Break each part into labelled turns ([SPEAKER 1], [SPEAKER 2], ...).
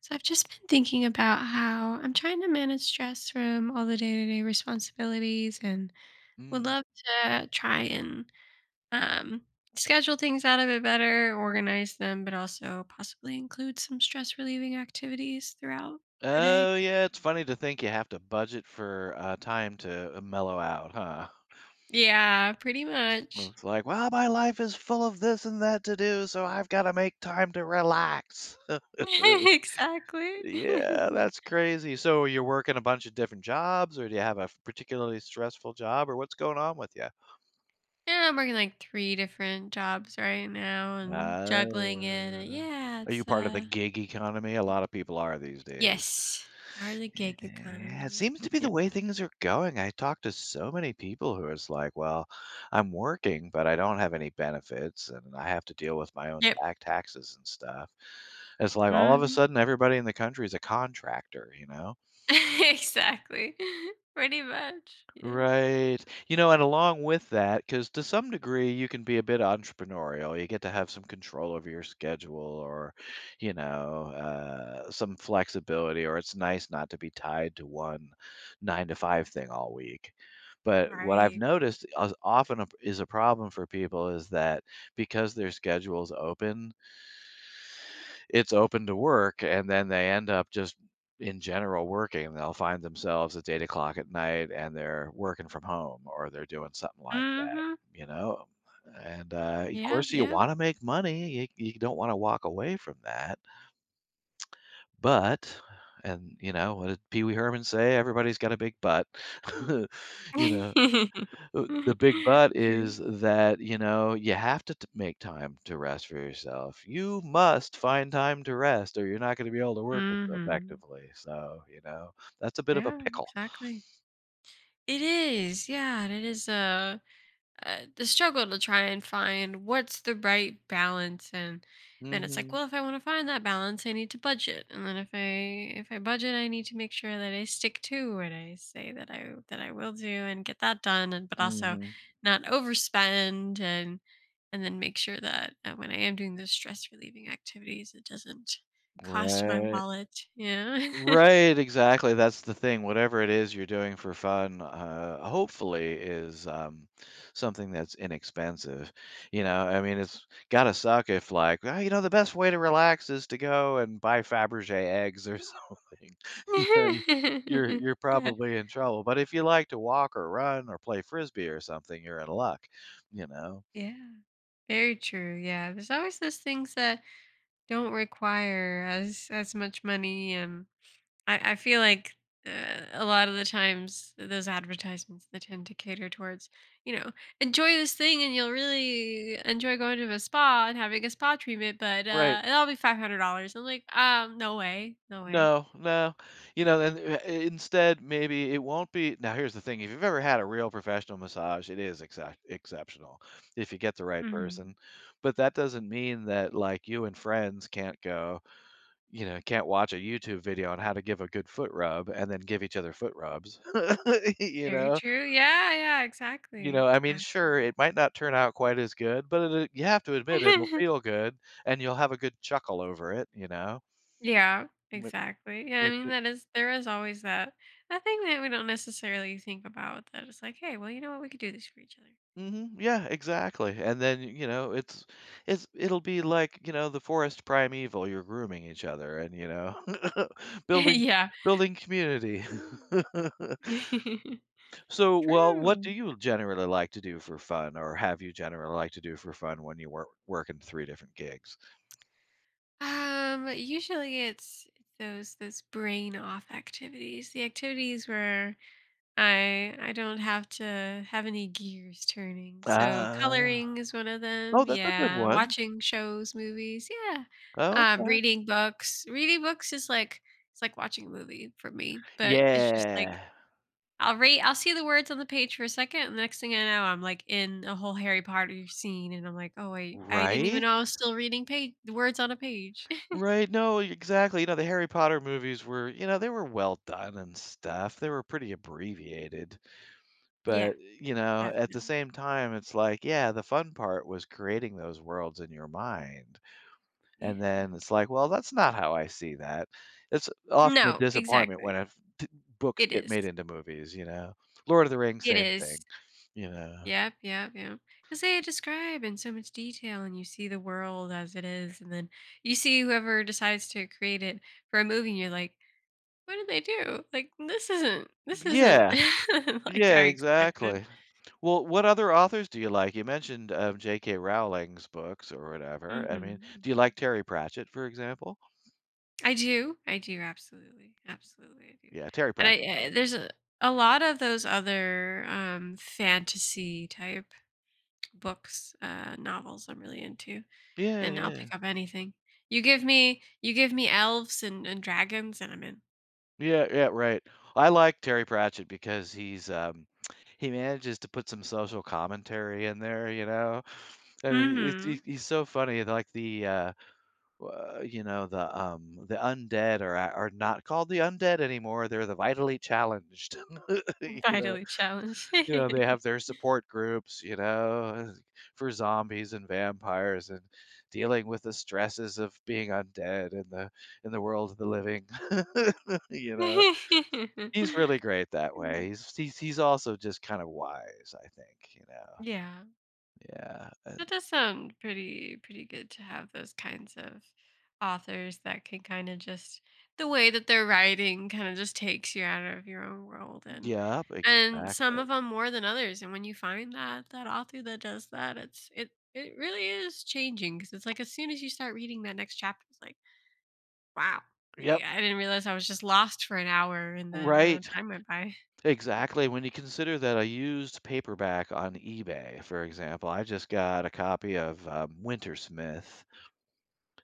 [SPEAKER 1] So I've just been thinking about how I'm trying to manage stress from all the day-to-day responsibilities and would
[SPEAKER 2] Mm.
[SPEAKER 1] love to try and um, schedule things out a bit better, organize them, but also possibly include some stress relieving activities throughout the day.
[SPEAKER 2] Oh, yeah, it's funny to think you have to budget for, time to, mellow out, huh?
[SPEAKER 1] Yeah, pretty much.
[SPEAKER 2] It's like, "Well, my life is full of this and that to do, so I've gotta make time to relax." Uh,
[SPEAKER 1] exactly. yeah,
[SPEAKER 2] yeah, that's crazy. So you're working a bunch of different jobs, or do you have a f particularly stressful job, or what's going on with you?
[SPEAKER 1] I'm working like 3 different jobs right now and juggling it.
[SPEAKER 2] Oh.
[SPEAKER 1] Yeah,
[SPEAKER 2] Are you
[SPEAKER 1] it's
[SPEAKER 2] part of the gig economy? A lot of people are these days.
[SPEAKER 1] Yes, part of the
[SPEAKER 2] Yeah,
[SPEAKER 1] gig
[SPEAKER 2] it
[SPEAKER 1] economy.
[SPEAKER 2] seems to be the
[SPEAKER 1] Yep.
[SPEAKER 2] way things are going. I talk to so many people who is like, well, I'm working, but I don't have any benefits and I have to deal with my own
[SPEAKER 1] Yep.
[SPEAKER 2] back taxes and stuff. It's like all of a
[SPEAKER 1] Mhm.
[SPEAKER 2] sudden everybody in the country is a contractor, you know?
[SPEAKER 1] Exactly. Pretty much. Yeah.
[SPEAKER 2] Right. You know, and along with that, because to some degree you can be a bit entrepreneurial. You get to have some control over your schedule or, some flexibility, or it's nice not to be tied to one nine to five thing all week. But what I've
[SPEAKER 1] Right.
[SPEAKER 2] noticed as often is a problem for people is that because their schedule's open, it's open to work and then they end up just in general working they'll find themselves at 8 o'clock at night and they're working from home or they're doing something like that,
[SPEAKER 1] Mhm.
[SPEAKER 2] you know? And, of
[SPEAKER 1] Yep,
[SPEAKER 2] course, you
[SPEAKER 1] yep.
[SPEAKER 2] wanna make money, you don't wanna walk away from that, but and, you know, what did Pee Wee Herman say? Everybody's got a big butt. You know? The big but
[SPEAKER 1] True.
[SPEAKER 2] is that, you know, you have to t make time to rest for yourself. You must find time to rest or you're not gonna be able to work as
[SPEAKER 1] Mhm.
[SPEAKER 2] effectively, so, you know, that's a bit of a
[SPEAKER 1] Yeah,
[SPEAKER 2] pickle.
[SPEAKER 1] exactly. It is, yeah, and the struggle to try and find what's the right balance, and then it's like,
[SPEAKER 2] Mhm.
[SPEAKER 1] well, if I want to find that balance, I need to budget, and then if I budget, I need to make sure that I stick to what I say that I will do and get that done, and but also
[SPEAKER 2] Mhm.
[SPEAKER 1] not overspend. And then make sure that when I am doing those stress relieving activities, it doesn't cost my
[SPEAKER 2] Right.
[SPEAKER 1] wallet. Yeah.
[SPEAKER 2] Right, exactly, that's the thing, whatever it is you're doing for fun, hopefully is, something that's inexpensive, you know, I mean, it's gotta suck if, like, "Well, you know, the best way to relax is to go and buy Fabergé eggs or something," you know, you're
[SPEAKER 1] Yeah,
[SPEAKER 2] probably in trouble, but if you like to walk or run or play Frisbee or something, you're in luck, you know?
[SPEAKER 1] yeah, very true. Yeah. There's always those things that don't require as much money. And I feel like, a lot of the times those advertisements, they tend to cater towards, you know, "Enjoy this thing, and you'll really enjoy going to a spa and having a spa treatment, but,
[SPEAKER 2] Right.
[SPEAKER 1] it'll be $500." I'm like, no way, no way."
[SPEAKER 2] No, no. You know, and instead, maybe it won't be. Now, here's the thing. If you've ever had a real professional massage, it is exact exceptional if you get the right person.
[SPEAKER 1] Mhm.
[SPEAKER 2] But that doesn't mean that like you and friends can't go, you know, can't watch a YouTube video on how to give a good foot rub and then give each other foot rubs. You
[SPEAKER 1] Very
[SPEAKER 2] know?
[SPEAKER 1] true. Yeah, yeah,
[SPEAKER 2] You know,
[SPEAKER 1] exactly.
[SPEAKER 2] I mean, sure,
[SPEAKER 1] Absolutely.
[SPEAKER 2] it might not turn out quite as good, but it, you have to admit it'll feel good and you'll have a good chuckle over it, you know?
[SPEAKER 1] Yeah,
[SPEAKER 2] With,
[SPEAKER 1] exactly. Yeah, I
[SPEAKER 2] with
[SPEAKER 1] mean that is there is always that thing that we don't necessarily think about, that it's like, hey, well, you know what, we could do this for each other.
[SPEAKER 2] Mhm. Yeah, exactly. And then, you know, it'll be like, you know, the forest primeval, you're grooming each other and, you know, building
[SPEAKER 1] Yeah.
[SPEAKER 2] building community. So, well, what
[SPEAKER 1] True.
[SPEAKER 2] do you generally like to do for fun or have you generally like to do for fun when you work working 3 different gigs?
[SPEAKER 1] Usually it's those brain off activities, the activities where I don't have to have any gears turning. So
[SPEAKER 2] Ah.
[SPEAKER 1] coloring is one of
[SPEAKER 2] Oh,
[SPEAKER 1] them.
[SPEAKER 2] that's a good
[SPEAKER 1] Yeah,
[SPEAKER 2] one.
[SPEAKER 1] watching shows, movies. Yeah,
[SPEAKER 2] Oh, okay.
[SPEAKER 1] reading books. Reading books is like it's like watching a movie for me, but it's just like
[SPEAKER 2] Yeah.
[SPEAKER 1] I'll read. I'll see the words on the page for a second, and the next thing I know, I'm like in a whole Harry Potter scene, and I'm like, oh wait, I didn't even
[SPEAKER 2] Right?
[SPEAKER 1] know I was still reading page the words on a page.
[SPEAKER 2] Right, no, e, exactly, you know, the Harry Potter movies were you know, they were well done and stuff, they were pretty abbreviated,
[SPEAKER 1] Yeah,
[SPEAKER 2] but, you know, at the
[SPEAKER 1] definitely.
[SPEAKER 2] same time, it's like, yeah, the fun part was creating those worlds in your mind,
[SPEAKER 1] Yeah.
[SPEAKER 2] and then it's like, "Well, that's not how I see that." It's often a
[SPEAKER 1] No,
[SPEAKER 2] disappointment when
[SPEAKER 1] exactly.
[SPEAKER 2] if t books
[SPEAKER 1] It
[SPEAKER 2] get
[SPEAKER 1] is.
[SPEAKER 2] made into movies, you know? Lord of the Rings,
[SPEAKER 1] It
[SPEAKER 2] same
[SPEAKER 1] is.
[SPEAKER 2] thing, you know?
[SPEAKER 1] Yep, yep, yep. Because they describe in so much detail, and you see the world as it is, and then you see whoever decides to create it for a movie, and you're like, "What did they do? Like, this isn't
[SPEAKER 2] Yeah.
[SPEAKER 1] like I
[SPEAKER 2] Yeah,
[SPEAKER 1] expected."
[SPEAKER 2] exactly. Well, what other authors do you like? You mentioned J.K. Rowling's books or
[SPEAKER 1] Hmm.
[SPEAKER 2] whatever. I
[SPEAKER 1] Hmm.
[SPEAKER 2] mean, do you like Terry Pratchett, for example?
[SPEAKER 1] I do, absolutely, absolutely, I do.
[SPEAKER 2] Yeah, Terry
[SPEAKER 1] And
[SPEAKER 2] Pratchett.
[SPEAKER 1] there's a lot of those other fantasy type books, novels I'm really into.
[SPEAKER 2] Yeah,
[SPEAKER 1] And I'll
[SPEAKER 2] yeah,
[SPEAKER 1] pick up anything. You give me elves and dragons, and I'm in.
[SPEAKER 2] yeah, yeah. Right. I like Terry Pratchett because he's he manages to put some social commentary in there. You know, I mean, it's
[SPEAKER 1] Mm.
[SPEAKER 2] he's so funny. Like the you know, the undead are not called the undead anymore. They're the vitally challenged.
[SPEAKER 1] Mhm.
[SPEAKER 2] You know.
[SPEAKER 1] Vitally challenged.
[SPEAKER 2] You know, they have their support groups, you know, for zombies and vampires and dealing with the stresses of being undead in the world of the living. You know? He's really great that way. He's also just kind of wise, I think, you know?
[SPEAKER 1] yeah.
[SPEAKER 2] Yeah,
[SPEAKER 1] That does sound pretty good to have those kinds of authors that can kind of just the way that they're writing kind of just takes you out of your own world,
[SPEAKER 2] yep,
[SPEAKER 1] and some
[SPEAKER 2] exactly.
[SPEAKER 1] of them more than others. And when you find that author that does that, it's it really is changing, because it's like as soon as you start reading that next chapter, it's like wow, like,
[SPEAKER 2] Yep,
[SPEAKER 1] I didn't realize I was just lost for an hour, and then
[SPEAKER 2] right.
[SPEAKER 1] time went by.
[SPEAKER 2] Exactly, when you consider that a used paperback on eBay, for example, I just got a copy of, Wintersmith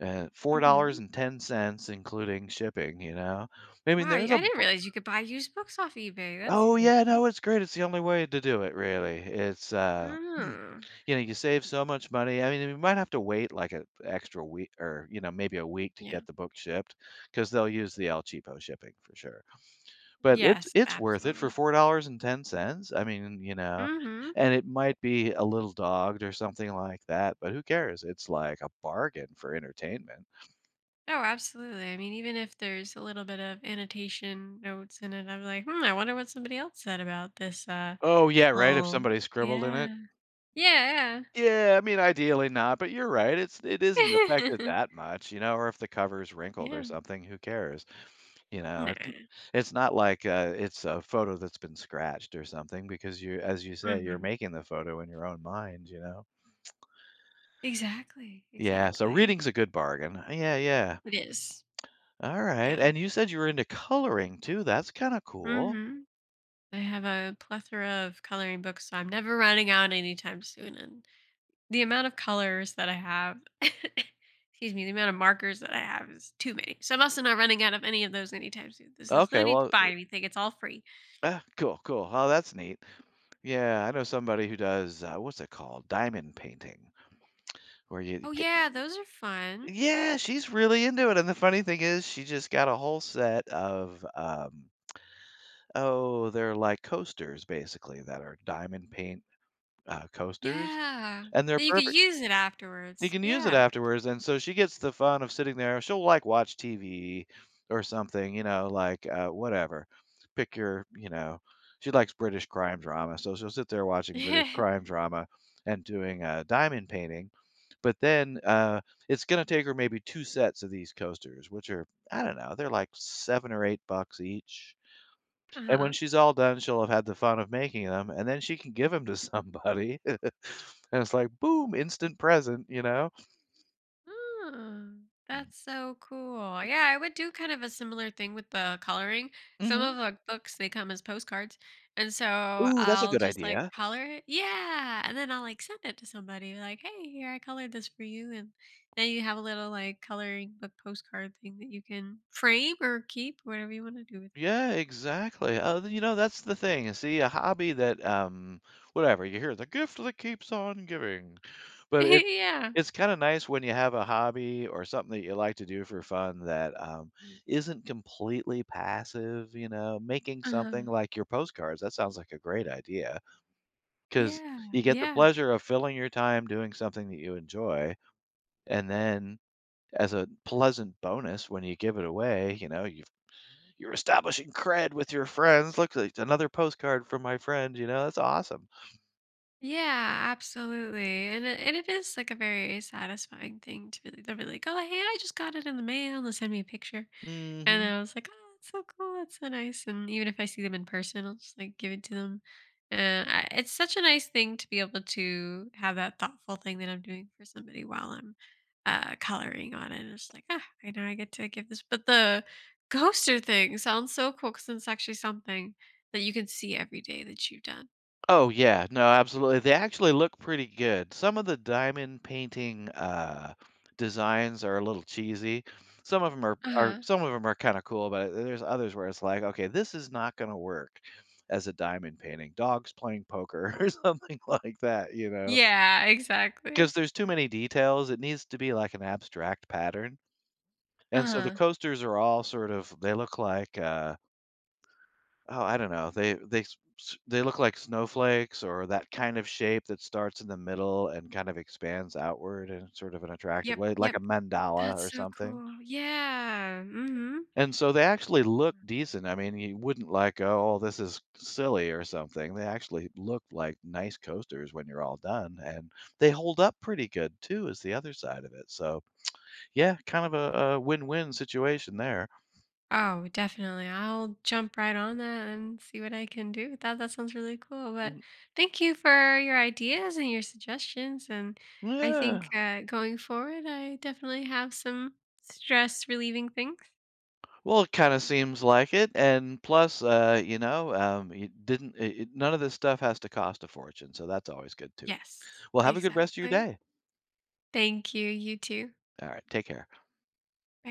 [SPEAKER 1] Hmm.
[SPEAKER 2] $4.10, including shipping, you know? I mean,
[SPEAKER 1] Wow,
[SPEAKER 2] there's a
[SPEAKER 1] I didn't
[SPEAKER 2] bu
[SPEAKER 1] realize you could buy used books off eBay. That's
[SPEAKER 2] oh, yeah,
[SPEAKER 1] handy.
[SPEAKER 2] no, it's great, it's the only way to do it, really. It's, you
[SPEAKER 1] Oh,
[SPEAKER 2] know, you save so much money. I mean, you might have to wait, like, an extra week or, you know, maybe a week to
[SPEAKER 1] yeah.
[SPEAKER 2] get the book shipped, because 'cause they'll use the El Cheapo shipping for sure. But it's
[SPEAKER 1] Yes,
[SPEAKER 2] it's worth it for
[SPEAKER 1] absolutely.
[SPEAKER 2] $4.10. I mean, you know,
[SPEAKER 1] Hmm.
[SPEAKER 2] and it might be a little dogged or something like that, but who cares? It's like a bargain for entertainment.
[SPEAKER 1] Oh, absolutely. I mean, even if there's a little bit of annotation notes in it, I'm like, hmm, I wonder what somebody else said about this.
[SPEAKER 2] Oh, yeah, right, if
[SPEAKER 1] Oh,
[SPEAKER 2] somebody scribbled in it?
[SPEAKER 1] yeah, yeah,
[SPEAKER 2] Yeah, I mean, ideally not, but you're right, it isn't affected
[SPEAKER 1] yeah,
[SPEAKER 2] that much, you know, or if the cover's wrinkled or
[SPEAKER 1] yeah.
[SPEAKER 2] something, who cares? You know,
[SPEAKER 1] No.
[SPEAKER 2] it's not like, it's a photo that's been scratched or something because you as you say, you're
[SPEAKER 1] Hmm.
[SPEAKER 2] making the photo in your own mind, you know?
[SPEAKER 1] Exactly,
[SPEAKER 2] Yeah, so
[SPEAKER 1] exactly.
[SPEAKER 2] reading's a good bargain. Yeah, yeah.
[SPEAKER 1] It is.
[SPEAKER 2] Alright,
[SPEAKER 1] Yeah.
[SPEAKER 2] and you said you were into coloring too, that's kinda cool.
[SPEAKER 1] Hmm. I have a plethora of coloring books, so I'm never running out anytime soon, and The amount of colors that I have excuse me, the amount of markers that I have is too many. So I am also not running out of any of those anytime soon. This is no
[SPEAKER 2] Okay,
[SPEAKER 1] need to
[SPEAKER 2] well
[SPEAKER 1] buy anything. It's all free.
[SPEAKER 2] ah, cool, cool. Oh, that's neat. Yeah, I know somebody who does, what's it called? Diamond painting, where you
[SPEAKER 1] Oh
[SPEAKER 2] get
[SPEAKER 1] yeah, those are fun.
[SPEAKER 2] yeah, she's really into it, and the funny thing is she just got a whole set of, oh, they're like coasters, basically, that are diamond paint, coasters,
[SPEAKER 1] Yeah.
[SPEAKER 2] and they're
[SPEAKER 1] Then you could
[SPEAKER 2] perfect.
[SPEAKER 1] use it
[SPEAKER 2] You
[SPEAKER 1] afterwards.
[SPEAKER 2] can use it
[SPEAKER 1] Yeah.
[SPEAKER 2] afterwards, and so she gets the fun of sitting there. She'll, like, watch TV or something, you know, like, whatever. Pick your you know, she likes British crime drama, so she'll sit there watching British crime drama and doing, a diamond painting, but then, it's gonna take her maybe 2 sets of these coasters, which are I don't know, they're like 7 or 8 bucks each, and when
[SPEAKER 1] Uh-huh.
[SPEAKER 2] she's all done, she'll have had the fun of making them, and then she can give them to somebody, and it's like, "Boom, instant present," you know?
[SPEAKER 1] Oh, that's so cool. Yeah, I would do kind of a similar thing with the coloring. Some
[SPEAKER 2] Mhm.
[SPEAKER 1] of the books they come as postcards, and so
[SPEAKER 2] Ooh, that's a
[SPEAKER 1] I'll
[SPEAKER 2] good
[SPEAKER 1] just like
[SPEAKER 2] idea.
[SPEAKER 1] color it. Yeah, and then I'll like send it to somebody like, "Hey, here I colored this for you." And now you have a little like coloring book postcard thing that you can frame or keep, whatever you want to do with it.
[SPEAKER 2] Yeah, exactly. You know, that's the thing. See, a hobby that, whatever you hear, the gift that keeps on giving, but
[SPEAKER 1] yeah.
[SPEAKER 2] it's kind of nice when you have a hobby or something that you like to do for fun that isn't completely passive. You know, making something
[SPEAKER 1] Uh,
[SPEAKER 2] like your postcards. That sounds like a great idea because
[SPEAKER 1] yeah.
[SPEAKER 2] you get the
[SPEAKER 1] Yeah.
[SPEAKER 2] pleasure of filling your time doing something that you enjoy, and then as a pleasant bonus when you give it away, you know, you're establishing cred with your friends. Look, like another postcard from my friend. You know, that's awesome.
[SPEAKER 1] Yeah, absolutely. And it is like a very satisfying thing to really, to be like, oh, hey, I just got it in the mail. They send me a picture. And
[SPEAKER 2] Hmm.
[SPEAKER 1] I was like, oh, that's so cool. That's so nice. And even if I see them in person, I'll just like give it to them. And it's such a nice thing to be able to have that thoughtful thing that I'm doing for somebody while I'm coloring on it. And it's like, ah, I know I get to give this. But the ghoster thing sounds so cool because it's actually something that you can see every day that you've done.
[SPEAKER 2] Oh yeah, no, absolutely. They actually look pretty good. Some of the diamond painting designs are a little cheesy. Some of them are
[SPEAKER 1] Uh-huh.
[SPEAKER 2] some of them are kind of cool, but there's others where it's like, okay, this is not going to work as a diamond painting. Dogs playing poker or something like that, you know,
[SPEAKER 1] Yeah,
[SPEAKER 2] because
[SPEAKER 1] exactly.
[SPEAKER 2] there's too many details. It needs to be like an abstract pattern. And so the
[SPEAKER 1] Uh-huh.
[SPEAKER 2] coasters are all sort of they look like, oh, I don't know, they s s they look like snowflakes or that kind of shape that starts in the middle and kind of expands outward in sort of an attractive
[SPEAKER 1] Yep,
[SPEAKER 2] way, like
[SPEAKER 1] yep.
[SPEAKER 2] a mandala
[SPEAKER 1] That's
[SPEAKER 2] or
[SPEAKER 1] so
[SPEAKER 2] something.
[SPEAKER 1] cool. Yeah, mm mhm.
[SPEAKER 2] And so they actually look decent. I mean, you wouldn't like, "Oh, oh, this is silly," or something. They actually look like nice coasters when you're all done, and they hold up pretty good too is the other side of it. So, yeah, kind of a win-win situation there.
[SPEAKER 1] Oh, definitely. I'll jump right on that and see what I can do with that. That sounds really cool, but
[SPEAKER 2] Mhm.
[SPEAKER 1] thank you for your ideas and your suggestions, and I
[SPEAKER 2] Yeah.
[SPEAKER 1] think, going forward, I definitely have some stress relieving things.
[SPEAKER 2] Well, it kind of seems like it, and plus, you know, it didn't. It- none of this stuff has to cost a fortune, so that's always good too.
[SPEAKER 1] Yes,
[SPEAKER 2] Well, have a good rest of your
[SPEAKER 1] exactly.
[SPEAKER 2] day.
[SPEAKER 1] Thank you, you too. Bye.
[SPEAKER 2] All right, take care.